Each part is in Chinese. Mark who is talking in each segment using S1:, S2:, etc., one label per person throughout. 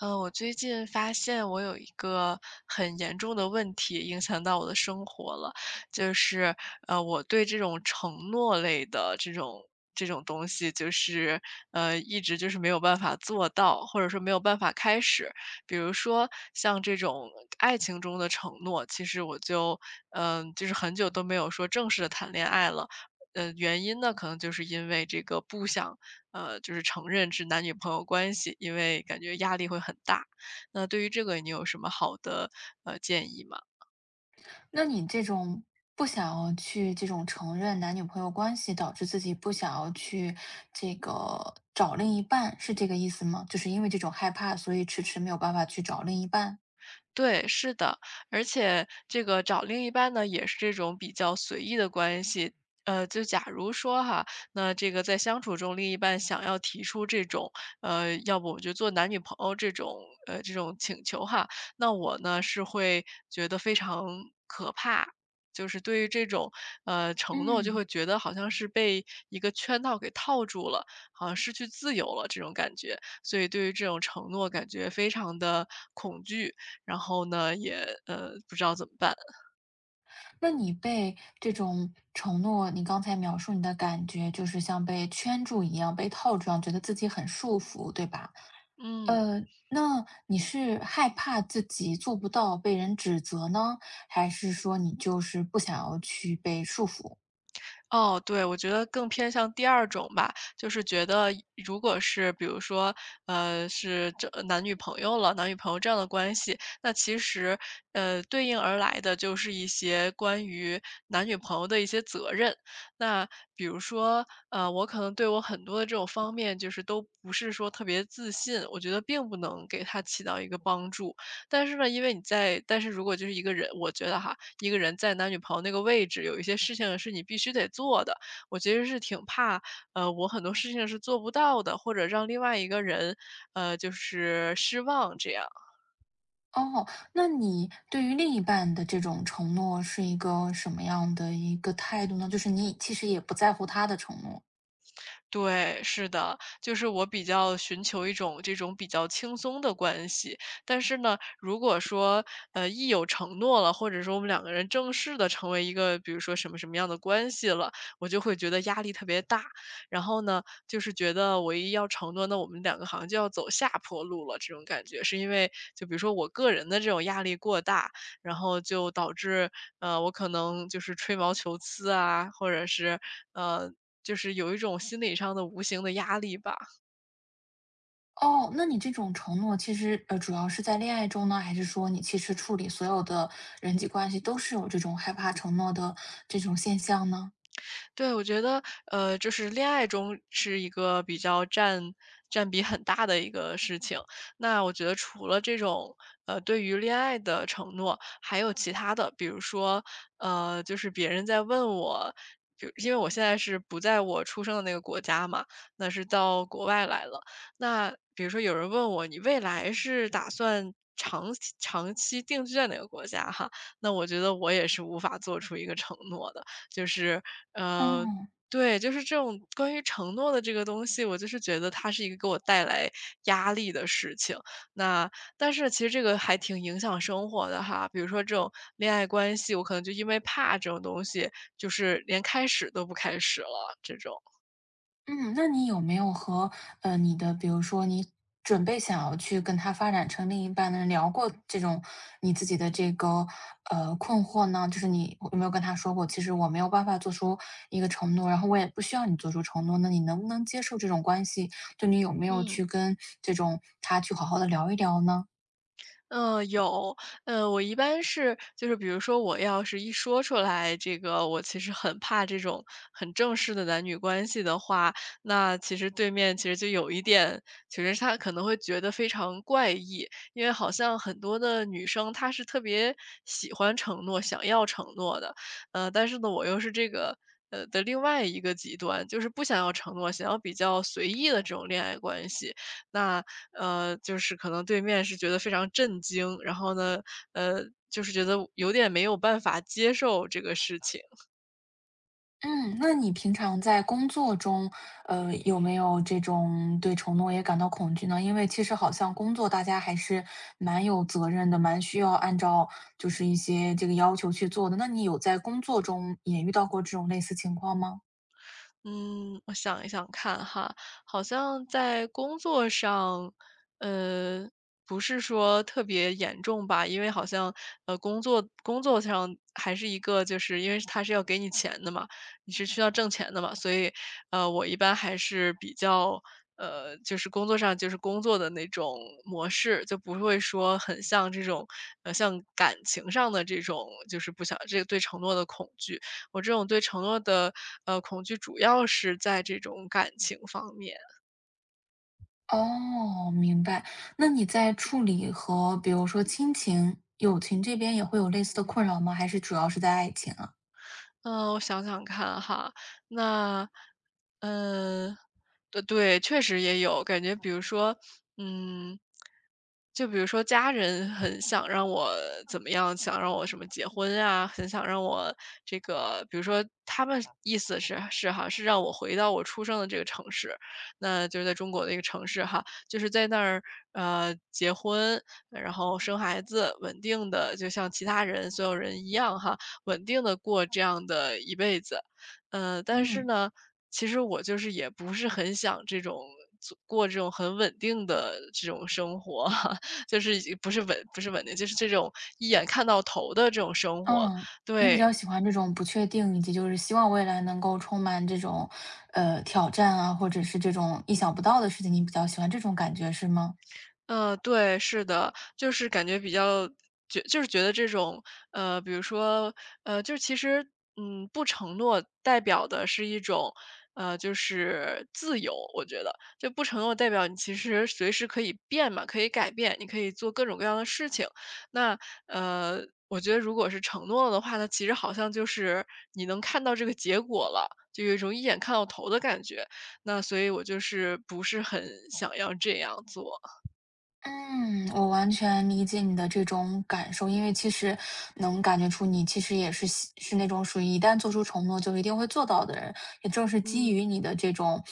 S1: 我最近发现我有一个很严重的问题影响到我的生活了，就是我对这种承诺类的这种东西，就是一直就是没有办法做到，或者说没有办法开始。比如说像这种爱情中的承诺，其实我就就是很久都没有说正式的谈恋爱了。原因呢，可能就是因为这个不想就是承认是男女朋友关系，因为感觉压力会很大。那对于这个，你有什么好的建议吗？
S2: 那你这种不想要去这种承认男女朋友关系，导致自己不想要去这个找另一半，是这个意思吗？就是因为这种害怕，所以迟迟没有办法去找另一半。
S1: 对，是的，而且这个找另一半呢，也是这种比较随意的关系。就假如说哈，那这个在相处中，另一半想要提出这种，要不我就做男女朋友这种，这种请求哈，那我呢是会觉得非常可怕，就是对于这种，承诺就
S2: 嗯，
S1: 会觉得好像是被一个圈套给套住了，好像失去自由了这种感觉，所以对于这种承诺感觉非常的恐惧。然后呢，也，不知道怎么办。
S2: 那你被这种承诺，你刚才描述你的感觉，就是像被圈住一样，被套住一样觉得自己很束缚，对吧？
S1: 嗯，
S2: 呃，那你是害怕自己做不到被人指责呢，还是说你就是不想要去被束缚？
S1: 哦，对，我觉得更偏向第二种吧，就是觉得如果是比如说，是这男女朋友了，男女朋友这样的关系，那其实，对应而来的就是一些关于男女朋友的一些责任。那比如说，我可能对我很多的这种方面，就是都不是说特别自信，我觉得并不能给他起到一个帮助。但是呢，因为你在但是如果就是一个人我觉得哈，一个人在男女朋友那个位置，有一些事情是你必须得做的。我其实是挺怕，我很多事情是做不到的，或者让另外一个人，就是失望这样。
S2: 哦，那你对于另一半的这种承诺是一个什么样的一个态度呢？就是你其实也不在乎他的承诺。
S1: 对，是的，就是我比较寻求一种这种比较轻松的关系。但是呢，如果说，一有承诺了，或者说我们两个人正式的成为一个比如说什么什么样的关系了，我就会觉得压力特别大。然后呢，就是觉得我一要承诺，那我们两个好像就要走下坡路了，这种感觉。是因为就比如说我个人的这种压力过大，然后就导致我可能就是吹毛求疵啊，或者是，呃，就是有一种心理上的无形的压力吧。
S2: 哦，那你这种承诺其实，主要是在恋爱中呢，还是说你其实处理所有的人际关系都是有这种害怕承诺的这种现象呢？
S1: 对，我觉得，就是恋爱中是一个比较占比很大的一个事情。那我觉得除了这种，对于恋爱的承诺，还有其他的，比如说，就是别人在问我，就因为我现在是不在我出生的那个国家嘛，那是到国外来了。那比如说有人问我，你未来是打算长期定居在哪个国家哈？那我觉得我也是无法做出一个承诺的。就是，呃，
S2: 嗯。
S1: 对，就是这种关于承诺的这个东西，我就是觉得它是一个给我带来压力的事情。那但是其实这个还挺影响生活的哈，比如说这种恋爱关系，我可能就因为怕这种东西，就是连开始都不开始了这种。
S2: 嗯，那你有没有和，你的比如说你准备想要去跟他发展成另一半的人聊过这种你自己的这个，困惑呢？就是你有没有跟他说过，其实我没有办法做出一个承诺，然后我也不需要你做出承诺，那你能不能接受这种关系？就你有没有
S1: 嗯。
S2: 去跟这种他去好好的聊一聊呢？
S1: 嗯，有，我一般是就是比如说我要是一说出来这个，我其实很怕这种很正式的男女关系的话，那其实对面其实就有一点，其实他可能会觉得非常怪异，因为好像很多的女生她是特别喜欢承诺、想要承诺的，但是呢，我又是这个。的另外一个极端就是不想要承诺，想要比较随意的这种恋爱关系，那，就是可能对面是觉得非常震惊，然后呢，呃，就是觉得有点没有办法接受这个事情。
S2: 嗯，那你平常在工作中，有没有这种对承诺也感到恐惧呢？因为其实好像工作大家还是蛮有责任的，蛮需要按照就是一些这个要求去做的。那你有在工作中也遇到过这种类似情况吗？
S1: 嗯，我想一想看哈，好像在工作上，呃，不是说特别严重吧，因为好像工作上还是一个，就是因为他是要给你钱的嘛，你是需要挣钱的嘛，所以我一般还是比较就是工作上就是工作的那种模式，就不会说很像这种像感情上的这种，就是不想这个对承诺的恐惧。我这种对承诺的，恐惧主要是在这种感情方面。
S2: 哦，明白。那你在处理和比如说亲情、友情这边也会有类似的困扰吗？还是主要是在爱情啊？
S1: 嗯，我想想看哈，那，嗯，对对，确实也有感觉，比如说，嗯，就比如说家人很想让我怎么样，想让我什么结婚啊，很想让我这个，比如说他们意思是是哈，是让我回到我出生的这个城市，那就是在中国的一个城市哈，就是在那儿结婚，然后生孩子，稳定的，就像其他人所有人一样哈。稳定的过这样的一辈子。但是
S2: 嗯。
S1: 呢，其实我就是也不是很想这种做过这种很稳定的这种生活，就是已经不是稳定，就是这种一眼看到头的这种生活，
S2: 嗯，你比
S1: 对。
S2: 较喜欢这种不确定，以及就是希望未来能够充满这种，挑战啊，或者是这种意想不到的事情，你比较喜欢这种感觉是吗？
S1: 对，是的，就是感觉比较就是觉得这种，比如说，就是其实，不承诺代表的是一种，就是自由，我觉得，就不承诺代表你其实随时可以变嘛，可以改变，你可以做各种各样的事情。那，呃，我觉得如果是承诺了的话，那其实好像就是你能看到这个结果了，就有一种一眼看到头的感觉。那所以我就是不是很想要这样做。
S2: 嗯，我完全理解你的这种感受，因为其实能感觉出你其实也是喜是那种属于一旦做出承诺就一定会做到的人，也正是基
S1: 嗯。
S2: 于你的这种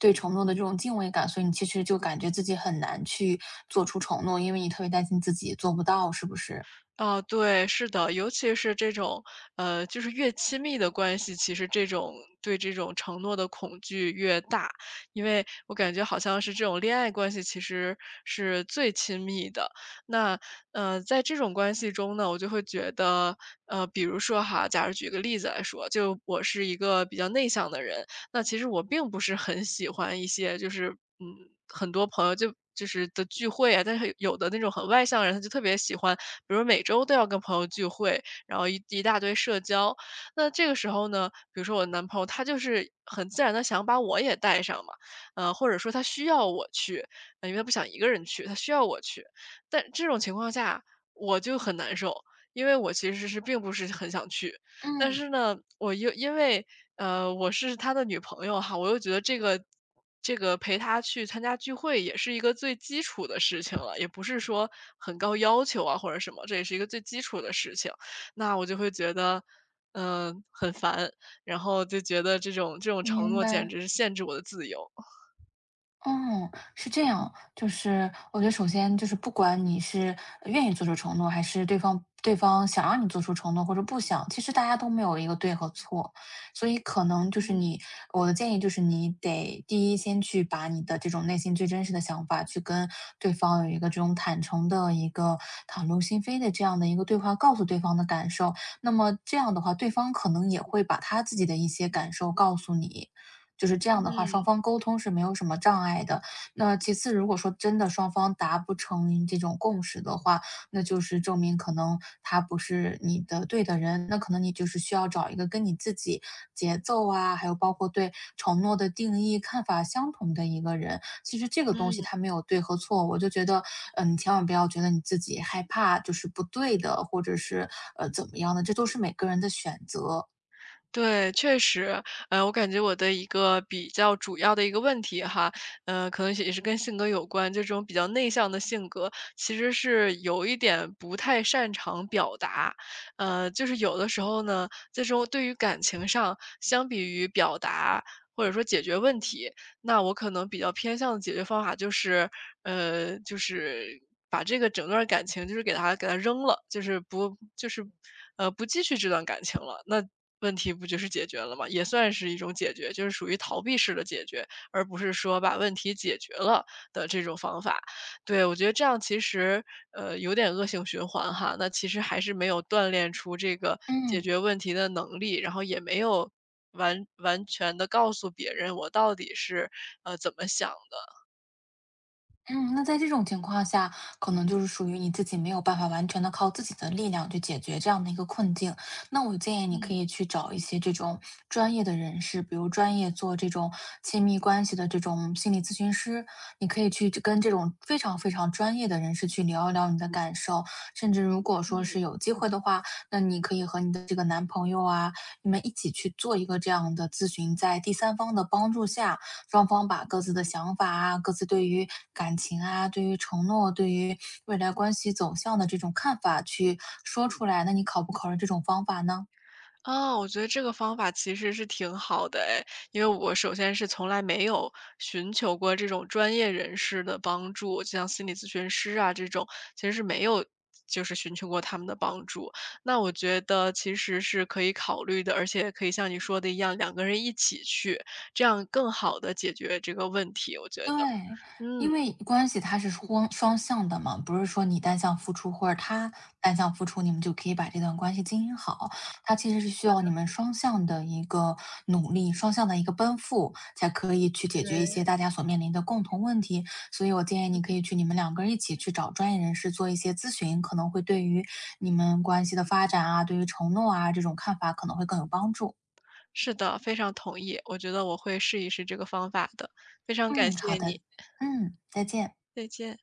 S2: 对承诺的这种敬畏感，所以你其实就感觉自己很难去做出承诺，因为你特别担心自己做不到，是不是？
S1: 哦，对，是的，尤其是这种，就是越亲密的关系，其实这种对这种承诺的恐惧越大，因为我感觉好像是这种恋爱关系其实是最亲密的。那，在这种关系中呢，我就会觉得，比如说哈，假如举个例子来说，就我是一个比较内向的人，那其实我并不是很喜欢一些就是嗯，很多朋友就是的聚会啊，但是有的那种很外向的人，他就特别喜欢，比如每周都要跟朋友聚会，然后一大堆社交。那这个时候呢，比如说我男朋友，他就是很自然的想把我也带上嘛，或者说他需要我去，因为他不想一个人去，他需要我去。但这种情况下我就很难受，因为我其实是并不是很想去，但
S2: 嗯，
S1: 是呢，我又因为我是他的女朋友哈，我又觉得这个陪他去参加聚会也是一个最基础的事情了，也不是说很高要求啊或者什么，这也是一个最基础的事情。那我就会觉得，很烦，然后就觉得这种承
S2: 明
S1: 诺简
S2: 白。
S1: 直是限制我的自由。
S2: 嗯，是这样，就是我觉得首先就是不管你是愿意做出承诺，还是对方想让你做出承诺或者不想，其实大家都没有一个对和错，所以可能就是你，我的建议就是你得第一先去把你的这种内心最真实的想法去跟对方有一个这种坦诚的一个袒露心扉的这样的一个对话，告诉对方的感受，那么这样的话，对方可能也会把他自己的一些感受告诉你，就是这样的话，双方沟通是没有什么障碍的。那其次，如果说真的双方达不成这种共识的话，那就是证明可能他不是你的对的人，那可能你就是需要找一个跟你自己节奏啊，还有包括对承诺的定义、看法相同的一个人。其实这个东西它没有对和错，我就觉得，嗯，你千万不要觉得你自己害怕就是不对的，或者是怎么样的，这都是每个人的选择。
S1: 对，确实，我感觉我的一个比较主要的一个问题哈，可能也是跟性格有关，这种比较内向的性格，其实是有一点不太擅长表达，就是有的时候呢，这种对于感情上，相比于表达或者说解决问题，那我可能比较偏向的解决方法就是，就是把这个整段儿感情就是给它扔了，就是不就是，不继续这段感情了，那问题不就是解决了吗？也算是一种解决，就是属于逃避式的解决，而不是说把问题解决了的这种方法。对，我觉得这样其实，有点恶性循环哈。那其实还是没有锻炼出这个解
S2: 嗯。
S1: 决问题的能力，然后也没有完全的告诉别人我到底是，怎么想的。
S2: 嗯，那在这种情况下，可能就是属于你自己没有办法完全的靠自己的力量去解决这样的一个困境。那我建议你可以
S1: 嗯
S2: 去找一些这种专业的人士，比如专业做这种亲密关系的这种心理咨询师，你可以去跟这种非常非常专业的人士去聊一聊你的感受，甚至如果说
S1: 嗯。
S2: 是有机会的话，那你可以和你的这个男朋友啊，你们一起去做一个这样的咨询，在第三方的帮助下，双方把各自的想法啊、各自对于感情啊、对于承诺、对于未来关系走向的这种看法去说出来。那你考不考虑这种方法呢？
S1: 哦，我觉得这个方法其实是挺好的哎，因为我首先是从来没有寻求过这种专业人士的帮助，就像心理咨询师啊这种，其实是没有就是寻求过他们的帮助。那我觉得其实是可以考虑的，而且可以像你说的一样，两个人一起去，这样更好的解决这个问题，我觉得。
S2: 对，
S1: 嗯，
S2: 因为关系它是双向的嘛，不是说你单向付出或者他单向付出，你们就可以把这段关系经营好。它其实是需要
S1: 是。
S2: 你们双向的一个努力，双向的一个奔赴，才可以去解
S1: 对。
S2: 决一些大家所面临的共同问题。所以我建议你可以去你们两个人一起去找专业人士做一些咨询，可能会对于你们关系的发展啊，对于承诺啊这种看法可能会更有帮助。
S1: 是的，非常同意，我觉得我会试一试这个方法的，非常感
S2: 嗯，好
S1: 谢
S2: 的，
S1: 你，
S2: 嗯，再见。
S1: 再见。